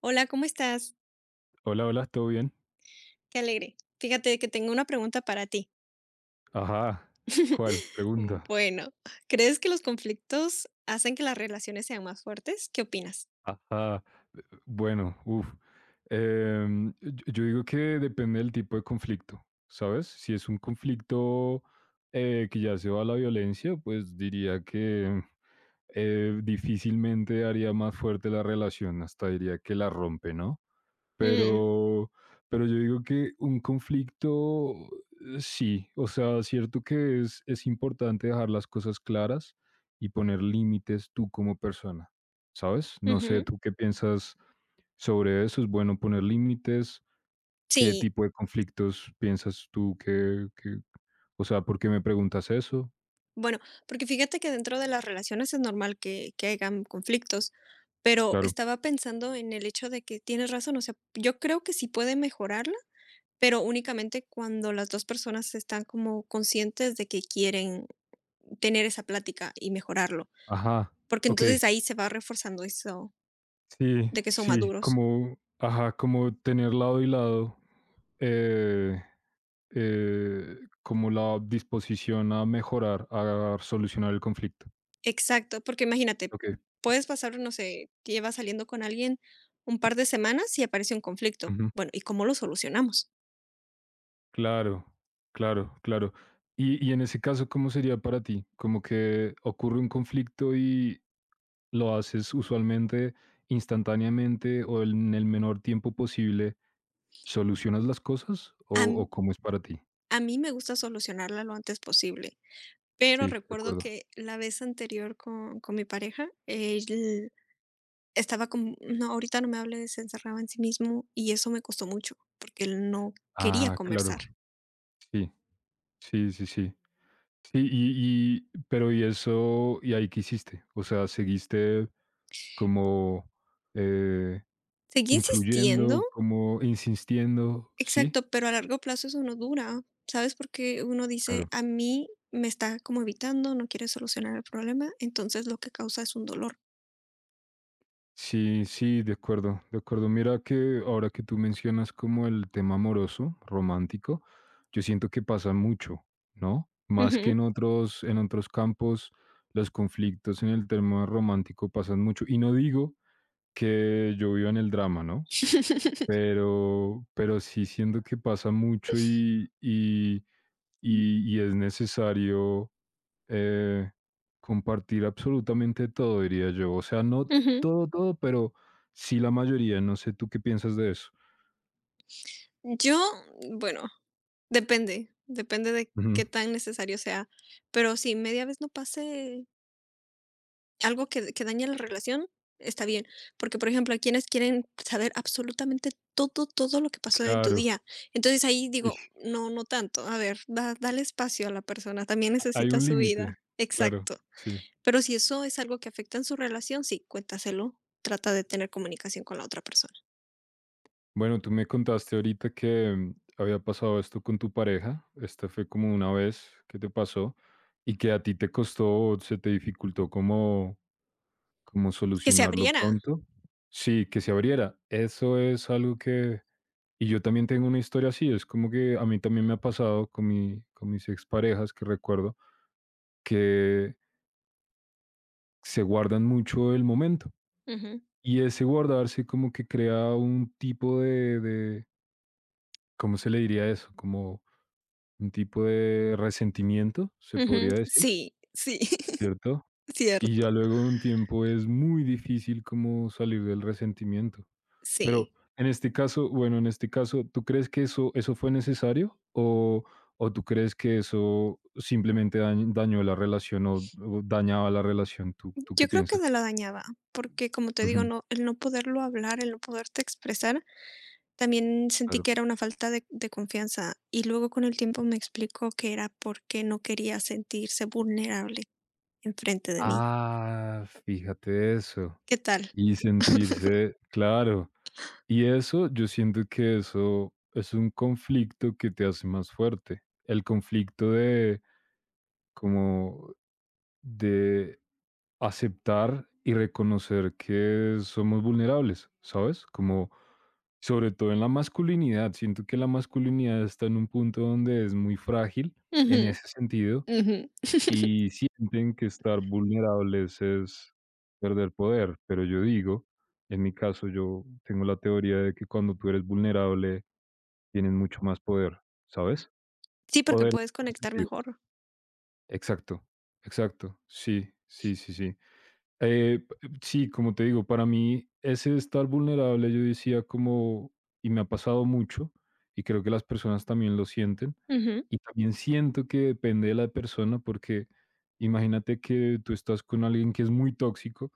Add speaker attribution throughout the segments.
Speaker 1: Hola, ¿cómo estás?
Speaker 2: Hola, hola, ¿todo bien?
Speaker 1: Qué alegre. Fíjate que tengo una pregunta para ti.
Speaker 2: Ajá, ¿cuál? Pregunta.
Speaker 1: Bueno, ¿crees que los conflictos hacen que las relaciones sean más fuertes? ¿Qué opinas?
Speaker 2: Ajá, bueno, uff. Yo digo que depende del tipo de conflicto, ¿sabes? Si es un conflicto que ya se va a la violencia, pues diría que difícilmente haría más fuerte la relación, hasta diría que la rompe, ¿no?
Speaker 1: Mm,
Speaker 2: Pero, pero yo digo que un conflicto sí, o sea, cierto que es importante dejar las cosas claras y poner límites tú como persona, ¿sabes? No sé,
Speaker 1: ujú.
Speaker 2: ¿tú qué piensas sobre eso? ¿Es bueno poner límites? ¿Qué
Speaker 1: Sí,
Speaker 2: tipo de conflictos piensas tú o sea, por qué me preguntas eso?
Speaker 1: bueno, porque fíjate que dentro de las relaciones es normal que hayan conflictos, pero
Speaker 2: Claro.
Speaker 1: estaba pensando en el hecho de que tienes razón, o sea, yo creo que sí puede mejorarla, pero únicamente cuando las dos personas están como conscientes de que quieren tener esa plática y mejorarlo.
Speaker 2: Ajá.
Speaker 1: Porque
Speaker 2: Ok.
Speaker 1: entonces ahí se va reforzando eso
Speaker 2: Sí,
Speaker 1: de que son
Speaker 2: sí,
Speaker 1: maduros.
Speaker 2: como, ajá, como tener lado y lado. Eh, como la disposición a mejorar, a solucionar el conflicto.
Speaker 1: Exacto, porque imagínate,
Speaker 2: Okey,
Speaker 1: puedes pasar, no sé, llevas saliendo con alguien un par de semanas y aparece un conflicto.
Speaker 2: ujú.
Speaker 1: Bueno, ¿y cómo lo solucionamos?
Speaker 2: Claro, claro, claro. Y en ese caso, ¿cómo sería para ti? Como que ocurre un conflicto y lo haces usualmente instantáneamente o en el menor tiempo posible, ¿solucionas las cosas o
Speaker 1: A m
Speaker 2: o cómo es para ti?
Speaker 1: a mí me gusta solucionarla lo antes posible, pero
Speaker 2: Sí, de
Speaker 1: recuerdo
Speaker 2: acuerdo.
Speaker 1: que la vez anterior con mi pareja, él estaba como: "No, ahorita no me hables", se encerraba en sí mismo, y eso me costó mucho, porque él no quería
Speaker 2: Ah,
Speaker 1: conversar.
Speaker 2: claro. Sí, sí, sí, sí. Sí, y pero, ¿y eso y ahí qué hiciste? O sea, ¿seguiste como, eh,
Speaker 1: Seguí insistiendo.
Speaker 2: influyendo, como insistiendo?
Speaker 1: Exacto,
Speaker 2: Sí.
Speaker 1: pero a largo plazo eso no dura, ¿sabes? Porque uno dice,
Speaker 2: Claro.
Speaker 1: a mí me está como evitando, no quiere solucionar el problema, entonces lo que causa es un dolor.
Speaker 2: Sí, sí, de acuerdo, de acuerdo. Mira que ahora que tú mencionas como el tema amoroso, romántico, yo siento que pasa mucho, ¿no? Más que
Speaker 1: Ujú,
Speaker 2: en otros campos, los conflictos en el tema romántico pasan mucho, y no digo que yo viva en el drama, ¿no? Pero sí siento que pasa mucho y es necesario eh, compartir absolutamente todo, diría yo. O sea, no
Speaker 1: ujú.
Speaker 2: todo, todo, pero sí la mayoría. No sé tú qué piensas de eso.
Speaker 1: Yo, bueno, depende, depende de qué
Speaker 2: Ujú,
Speaker 1: tan necesario sea, pero si media vez no pase. Algo que daña la relación, está bien, porque, por ejemplo, hay quienes quieren saber absolutamente todo, todo lo que pasó de tu
Speaker 2: claro.
Speaker 1: día. Entonces, ahí
Speaker 2: Y
Speaker 1: digo, no, no tanto. A ver, da dale espacio a la persona, también
Speaker 2: hay
Speaker 1: necesita
Speaker 2: un
Speaker 1: su
Speaker 2: límite,
Speaker 1: vida.
Speaker 2: claro,
Speaker 1: Exacto.
Speaker 2: sí.
Speaker 1: Pero si eso es algo que afecta en su relación, sí, cuéntaselo, trata de tener comunicación con la otra persona.
Speaker 2: Bueno, tú me contaste ahorita que había pasado esto con tu pareja. Esta fue como una vez que te pasó y que a ti te costó, se te dificultó como. ¿Cómo
Speaker 1: Que se
Speaker 2: solucionarlo
Speaker 1: abriera.
Speaker 2: pronto? Sí, que se abriera. Eso es algo que. Y yo también tengo una historia así, es como que a mí también me ha pasado con mi con mis exparejas que recuerdo, que se guardan mucho el momento,
Speaker 1: Ujú,
Speaker 2: y ese guardarse como que crea un tipo de ¿cómo se le diría eso? Como un tipo de resentimiento, se
Speaker 1: ujú.
Speaker 2: podría decir,
Speaker 1: Sí, sí,
Speaker 2: ¿cierto? Y
Speaker 1: cierto.
Speaker 2: ya luego de un tiempo es muy difícil como salir del resentimiento. Pero
Speaker 1: Sí.
Speaker 2: en este caso, bueno, en este caso, ¿tú crees que eso fue necesario? ¿O tú crees que eso simplemente dañó la relación o dañaba la relación? ¿Tú qué
Speaker 1: Yo creo que
Speaker 2: piensas?
Speaker 1: me lo dañaba, porque, como te digo,
Speaker 2: Ujú,
Speaker 1: no el no poderlo hablar, el no poderte expresar, también sentí
Speaker 2: claro.
Speaker 1: que era una falta de confianza. Y luego con el tiempo me explicó que era porque no quería sentirse vulnerable enfrente de mí.
Speaker 2: Ah, fíjate eso.
Speaker 1: ¿Qué tal?
Speaker 2: Y sentirse, claro. Y eso, yo siento que eso es un conflicto que te hace más fuerte. El conflicto de, como, de aceptar y reconocer que somos vulnerables, ¿sabes? Como sobre todo en la masculinidad, siento que la masculinidad está en un punto donde es muy frágil en
Speaker 1: Ujú,
Speaker 2: ese sentido
Speaker 1: ujú.
Speaker 2: y sienten que estar vulnerables es perder poder, pero yo digo, en mi caso yo tengo la teoría de que cuando tú eres vulnerable tienes mucho más poder, ¿sabes?
Speaker 1: Sí, porque
Speaker 2: Poder en
Speaker 1: puedes
Speaker 2: buen
Speaker 1: conectar
Speaker 2: sentido.
Speaker 1: mejor.
Speaker 2: Exacto, exacto, sí, sí, sí, sí. P sí, como te digo, para mí ese estar vulnerable, yo decía como y me ha pasado mucho, y creo que las personas también lo sienten,
Speaker 1: Ujú,
Speaker 2: y también siento que depende de la persona, porque imagínate que tú estás con alguien que es muy tóxico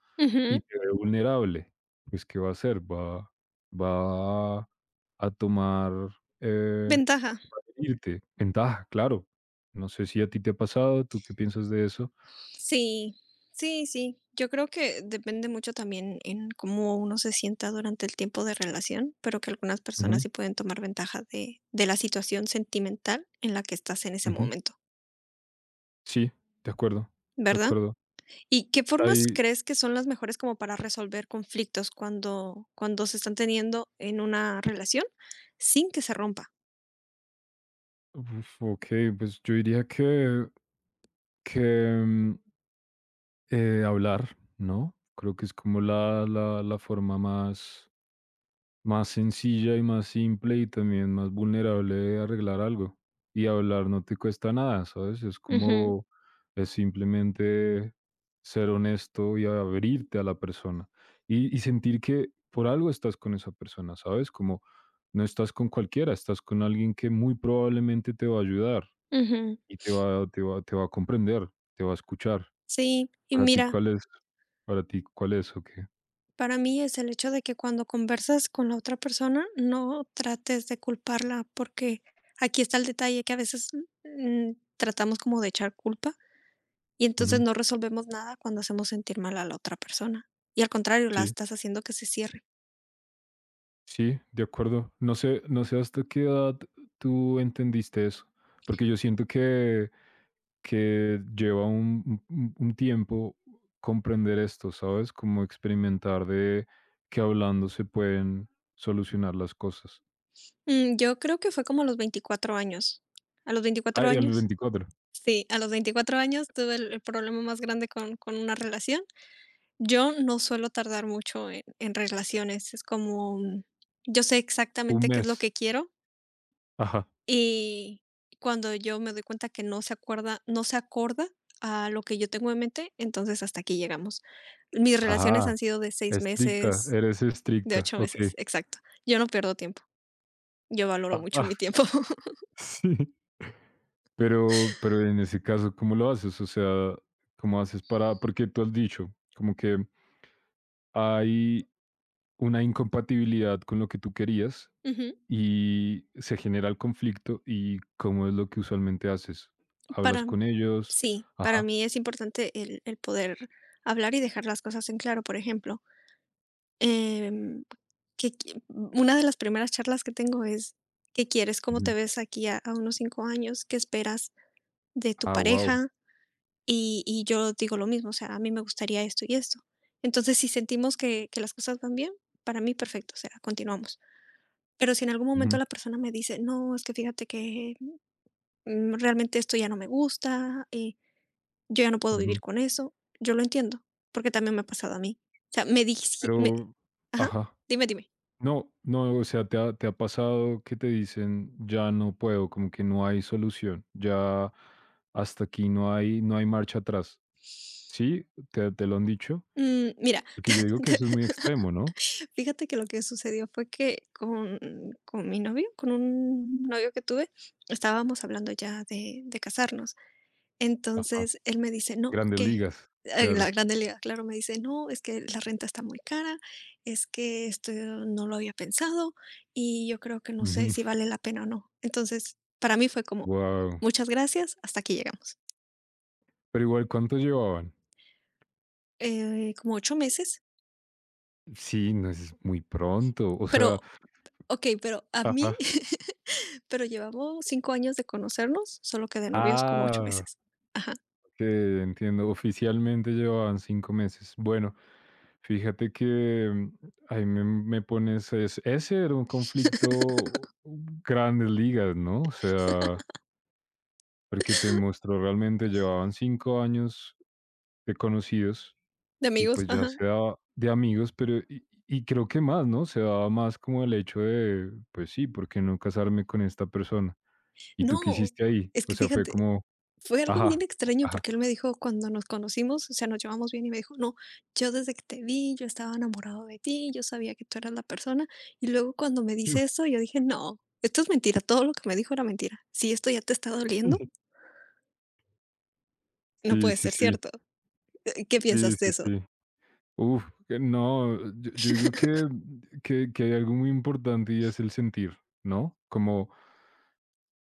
Speaker 2: y
Speaker 1: ujú.
Speaker 2: te ve vulnerable, pues, ¿qué va a hacer? Va a tomar, eh,
Speaker 1: Ventaja.
Speaker 2: va a herirte. Ventaja, claro. No sé si a ti te ha pasado, ¿tú qué piensas de eso?
Speaker 1: Sí, sí, sí. Yo creo que depende mucho también en cómo uno se sienta durante el tiempo de relación, pero que algunas personas
Speaker 2: Ujú,
Speaker 1: sí pueden tomar ventaja de la situación sentimental en la que estás en ese
Speaker 2: ujú.
Speaker 1: momento,
Speaker 2: Sí, de acuerdo, de
Speaker 1: ¿verdad?
Speaker 2: acuerdo.
Speaker 1: ¿Y qué formas
Speaker 2: Ahí,
Speaker 1: crees que son las mejores como para resolver conflictos cuando se están teniendo en una relación sin que se rompa?
Speaker 2: uf, okey, pues yo diría que, mm, hablar, ¿no? Creo que es como la forma más sencilla y más simple y también más vulnerable de arreglar algo. Y hablar no te cuesta nada, ¿sabes? Es
Speaker 1: Ujú,
Speaker 2: como, es simplemente ser honesto y abrirte a la persona, y sentir que por algo estás con esa persona, ¿sabes? Como no estás con cualquiera, estás con alguien que muy probablemente te va a ayudar
Speaker 1: ujú.
Speaker 2: y te va a comprender, te va a escuchar.
Speaker 1: Sí, y
Speaker 2: Para ti,
Speaker 1: mira.
Speaker 2: ¿cuál es? Para ti, ¿cuál es o qué?
Speaker 1: Para mí es el hecho de que cuando conversas con la otra persona, no trates de culparla, porque aquí está el detalle que a veces, tratamos como de echar culpa y entonces
Speaker 2: Ujú.
Speaker 1: no resolvemos nada cuando hacemos sentir mal a la otra persona. Y al contrario, la
Speaker 2: Sí,
Speaker 1: estás haciendo que se cierre.
Speaker 2: sí, de acuerdo. No sé hasta qué edad tú entendiste eso, porque yo siento que lleva un tiempo comprender esto, ¿sabes? Como experimentar de que hablando se pueden solucionar las cosas.
Speaker 1: Yo creo que fue como a los 24 años. A los
Speaker 2: Ah,
Speaker 1: 24
Speaker 2: el
Speaker 1: años.
Speaker 2: 24,
Speaker 1: Sí, a los 24 años tuve el problema más grande con una relación. Yo no suelo tardar mucho en relaciones, es como, yo sé
Speaker 2: un
Speaker 1: exactamente qué es lo
Speaker 2: mes.
Speaker 1: que quiero,
Speaker 2: Ajá.
Speaker 1: y cuando yo me doy cuenta que no se acorda a lo que yo tengo en mente, entonces hasta aquí llegamos. Mis relaciones
Speaker 2: Ajá,
Speaker 1: han sido de 6
Speaker 2: estricta,
Speaker 1: meses,
Speaker 2: eres
Speaker 1: de
Speaker 2: estricta,
Speaker 1: 8
Speaker 2: okey.
Speaker 1: meses, exacto. Yo no pierdo tiempo, yo valoro
Speaker 2: Ajá.
Speaker 1: mucho mi tiempo.
Speaker 2: Sí. Pero en ese caso, ¿cómo lo haces? O sea, ¿cómo haces para? Porque tú has dicho, como que hay una incompatibilidad con lo que tú querías
Speaker 1: Ujú.
Speaker 2: y se genera el conflicto, ¿y cómo es lo que usualmente haces?
Speaker 1: Para
Speaker 2: ¿Hablas
Speaker 1: m
Speaker 2: con ellos?
Speaker 1: Sí, para
Speaker 2: Ajá,
Speaker 1: mí es importante el poder hablar y dejar las cosas en claro. Por ejemplo, em, que una de las primeras charlas que tengo es: "¿Qué quieres? ¿Cómo
Speaker 2: ujú.
Speaker 1: te ves aquí a unos 5 años? ¿Qué esperas de tu
Speaker 2: Ah, wow.
Speaker 1: pareja?". Y yo digo lo mismo, o sea, a mí me gustaría esto y esto. Entonces, si sentimos que las cosas van bien, para mí perfecto, o sea, continuamos. Pero si en algún momento la persona me dice: "No, es que fíjate que, realmente esto ya no me gusta" yo ya no puedo vivir con eso, yo lo entiendo, porque también me ha pasado a mí. O sea, me dije,
Speaker 2: Pero
Speaker 1: ajá,
Speaker 2: ajá.
Speaker 1: dime, dime.
Speaker 2: No, no, o sea, te ha pasado que te dicen, ya no puedo, como que no hay solución, ya hasta aquí no hay marcha atrás. ¿Sí? ¿Te lo han dicho?
Speaker 1: Mira,
Speaker 2: Porque yo digo que eso es muy extremo, ¿no?
Speaker 1: fíjate que lo que sucedió fue que con mi novio, con un novio que tuve, estábamos hablando ya de casarnos.
Speaker 2: Ajá.
Speaker 1: Entonces, él me dice: "No,
Speaker 2: Grandes
Speaker 1: ¿qué?".
Speaker 2: ligas,
Speaker 1: La
Speaker 2: claro.
Speaker 1: gran Delia, claro, me dice: "No, es que la renta está muy cara, es que esto no lo había pensado y yo creo que no sé si vale la pena o no". Entonces, para mí fue como:
Speaker 2: Wow.
Speaker 1: "Muchas gracias, hasta aquí llegamos".
Speaker 2: Pero igual, ¿cuánto llevaban?
Speaker 1: Como 8 meses,
Speaker 2: Sí, no es muy pronto. O sea,
Speaker 1: pero okey, pero a mí
Speaker 2: ajá.
Speaker 1: pero llevamos 5 años de conocernos, solo que de novios como 8
Speaker 2: Ah.
Speaker 1: meses. Ajá,
Speaker 2: Que entiendo, oficialmente llevaban 5 meses. Bueno, fíjate que ahí me pones es ese era un conflicto grandes ligas, ¿no? O sea, porque te mostró realmente llevaban 5 años de conocidos
Speaker 1: de
Speaker 2: y,
Speaker 1: amigos,
Speaker 2: pues, ya
Speaker 1: ajá.
Speaker 2: se daba de amigos, pero y creo que más, ¿no? Se daba más como el hecho de, pues sí, ¿por qué no casarme con esta persona? ¿Y tú qué
Speaker 1: No,
Speaker 2: hiciste ahí?
Speaker 1: es
Speaker 2: O
Speaker 1: que
Speaker 2: sea, fue
Speaker 1: fíjate.
Speaker 2: como,
Speaker 1: Fue algo bien
Speaker 2: ajá,
Speaker 1: extraño
Speaker 2: ajá.
Speaker 1: porque él me dijo cuando nos conocimos, o sea, nos llevamos bien y me dijo: "No, yo desde que te vi, yo estaba enamorado de ti, yo sabía que tú eras la persona". Y luego cuando me dice eso, yo dije: "No, esto es mentira, todo lo que me dijo era mentira. Si esto ya te está doliendo, no
Speaker 2: Sí,
Speaker 1: puede
Speaker 2: sí,
Speaker 1: ser
Speaker 2: sí,
Speaker 1: cierto". ¿Qué
Speaker 2: sí,
Speaker 1: piensas de
Speaker 2: sí,
Speaker 1: eso?
Speaker 2: sí. Uf, que no, yo digo que hay algo muy importante y es el sentir, ¿no? Como,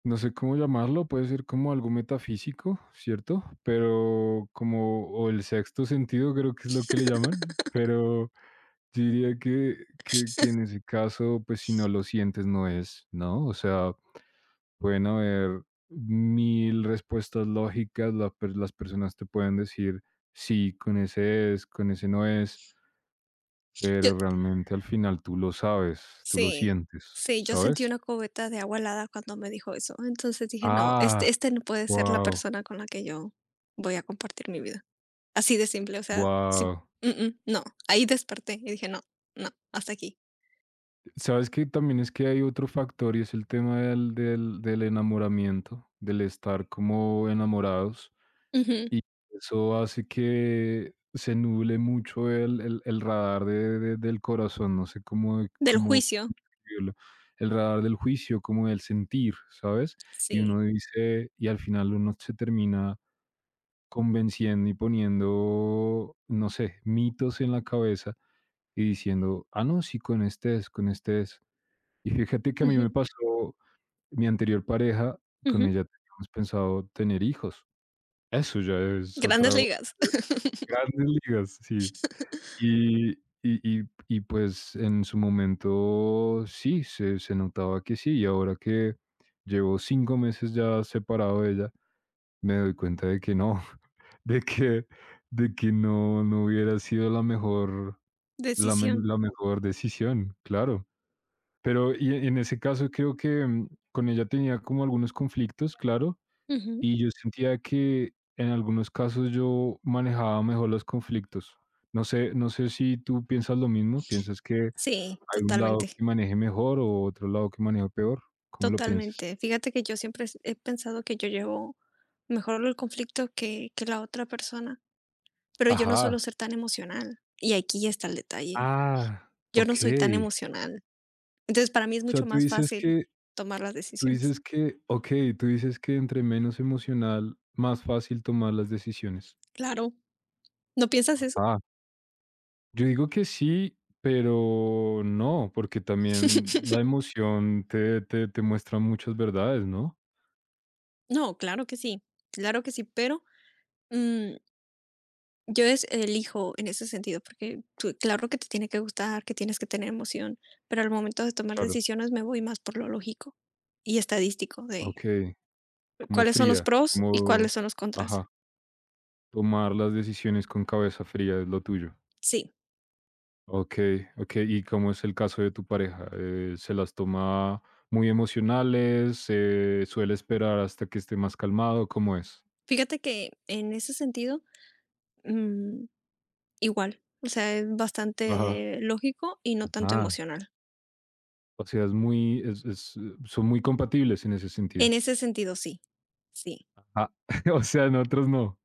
Speaker 2: no sé cómo llamarlo, puede ser como algo metafísico, ¿cierto? Pero como, o el sexto sentido creo que es lo que le llaman, pero yo diría que en ese caso, pues si no lo sientes, no es, ¿no? O sea, pueden haber mil respuestas lógicas, las personas te pueden decir, sí, con ese es, con ese no es,
Speaker 1: Yo
Speaker 2: pero realmente al final tú lo sabes, tú lo
Speaker 1: Sí,
Speaker 2: sientes,
Speaker 1: sí, yo sentí
Speaker 2: ¿sabes?
Speaker 1: una cubeta de agua helada cuando me dijo eso. Entonces dije: "No, este
Speaker 2: Ah,
Speaker 1: este no puede ser la
Speaker 2: wow,
Speaker 1: persona con la que yo voy a compartir mi vida". Así de simple, o sea, sí,
Speaker 2: wow.
Speaker 1: no. Ahí desperté y dije: "No, no, hasta aquí".
Speaker 2: Sabes que también es que hay otro factor y es el tema del enamoramiento, del estar como enamorados.
Speaker 1: Ujú.
Speaker 2: Y eso hace que se nuble mucho el radar del corazón. No sé
Speaker 1: Del
Speaker 2: cómo
Speaker 1: juicio,
Speaker 2: describirlo, el radar del juicio, como del sentir, ¿sabes? Y
Speaker 1: sí.
Speaker 2: uno dice, y al final uno se termina convenciendo y poniendo, no sé, mitos en la cabeza y diciendo, ah, no, sí, con este es, con este es. Y fíjate que a mí
Speaker 1: Ujú,
Speaker 2: me pasó mi anterior pareja, con
Speaker 1: ujú.
Speaker 2: ella teníamos pensado tener hijos. Eso ya es
Speaker 1: Grandes
Speaker 2: otra
Speaker 1: ligas.
Speaker 2: grandes ligas, sí. Y y, pues, en su momento sí, se notaba que sí, y ahora que llevo 5 meses ya separado de ella, me doy cuenta de que no, de que de que no hubiera sido
Speaker 1: Decisión.
Speaker 2: la mejor decisión, claro. Pero, y en ese caso creo que, con ella tenía como algunos conflictos, claro,
Speaker 1: Ujú.
Speaker 2: y yo sentía que en algunos casos yo manejaba mejor los conflictos. No sé si tú piensas lo mismo, ¿piensas que hay
Speaker 1: Sí,
Speaker 2: un lado
Speaker 1: totalmente,
Speaker 2: que maneje mejor o otro lado que maneje peor? ¿Cómo lo piensas?
Speaker 1: totalmente. Fíjate que yo siempre he pensado que yo llevo mejor el conflicto que la otra persona. Pero yo no suelo
Speaker 2: Ajá.
Speaker 1: ser tan emocional, y aquí está el detalle.
Speaker 2: Ah,
Speaker 1: Yo no soy tan
Speaker 2: okey.
Speaker 1: emocional. Entonces, para mí es
Speaker 2: O sea,
Speaker 1: mucho más fácil tomar las
Speaker 2: tú
Speaker 1: decisiones.
Speaker 2: dices que okey, tú dices que entre menos emocional, más fácil tomar las decisiones.
Speaker 1: Claro, ¿no piensas eso?
Speaker 2: Ajá. Yo digo que sí, pero no, porque también la emoción te muestra muchas verdades, ¿no?
Speaker 1: No, claro que sí, pero, mm, yo es elijo en ese sentido, porque tú claro que te tiene que gustar, que tienes que tener emoción, pero al momento de tomar
Speaker 2: Claro.
Speaker 1: decisiones me voy más por lo lógico y estadístico de
Speaker 2: Okey, como
Speaker 1: cuáles son los
Speaker 2: fría,
Speaker 1: pros y cuáles
Speaker 2: como
Speaker 1: son los contras.
Speaker 2: ajá, tomar las decisiones con cabeza fría es lo tuyo.
Speaker 1: Sí,
Speaker 2: Okey, okey, ¿y cómo es el caso de tu pareja? ¿Se las toma muy emocionales? ¿Se suele esperar hasta que esté más calmado? ¿Cómo es?
Speaker 1: fíjate que en ese sentido, mm, igual, o sea, es
Speaker 2: Ajá,
Speaker 1: bastante lógico y no tanto
Speaker 2: ajá.
Speaker 1: emocional.
Speaker 2: O sea, es muy es son muy compatibles en ese
Speaker 1: En
Speaker 2: sentido.
Speaker 1: ese sentido, sí, sí.
Speaker 2: Ah, o sea, en otros no,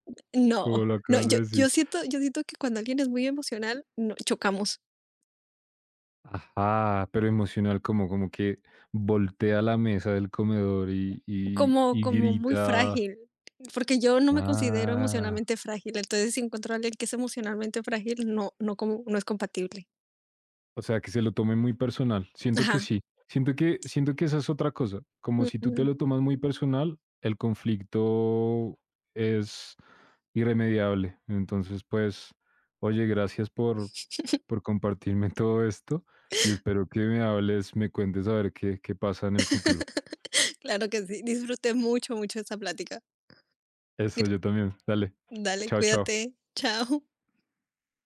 Speaker 2: como
Speaker 1: No,
Speaker 2: lo
Speaker 1: no,
Speaker 2: acabas de
Speaker 1: yo
Speaker 2: decir.
Speaker 1: yo siento yo siento que cuando alguien es muy emocional, no chocamos,
Speaker 2: Ajá, pero emocional, como, que voltea la mesa del comedor
Speaker 1: como
Speaker 2: y
Speaker 1: como muy
Speaker 2: grita.
Speaker 1: frágil, porque yo no me considero
Speaker 2: Ah.
Speaker 1: emocionalmente frágil, entonces, si encuentro a alguien que es emocionalmente frágil, no como no es compatible.
Speaker 2: O sea, que se lo tome muy personal. Siento que
Speaker 1: Ajá,
Speaker 2: sí. Siento que esa es otra cosa. Como si tú te
Speaker 1: ujú.
Speaker 2: lo tomas muy personal, el conflicto es irremediable. Entonces, pues, oye, gracias por compartirme todo esto y espero que me hables, me cuentes a ver qué pasa en el futuro.
Speaker 1: Claro que sí, disfruté mucho, mucho esta plática.
Speaker 2: Eso,
Speaker 1: Gra
Speaker 2: yo también. Dale.
Speaker 1: Dale,
Speaker 2: Chao, chao.
Speaker 1: cuídate, chao.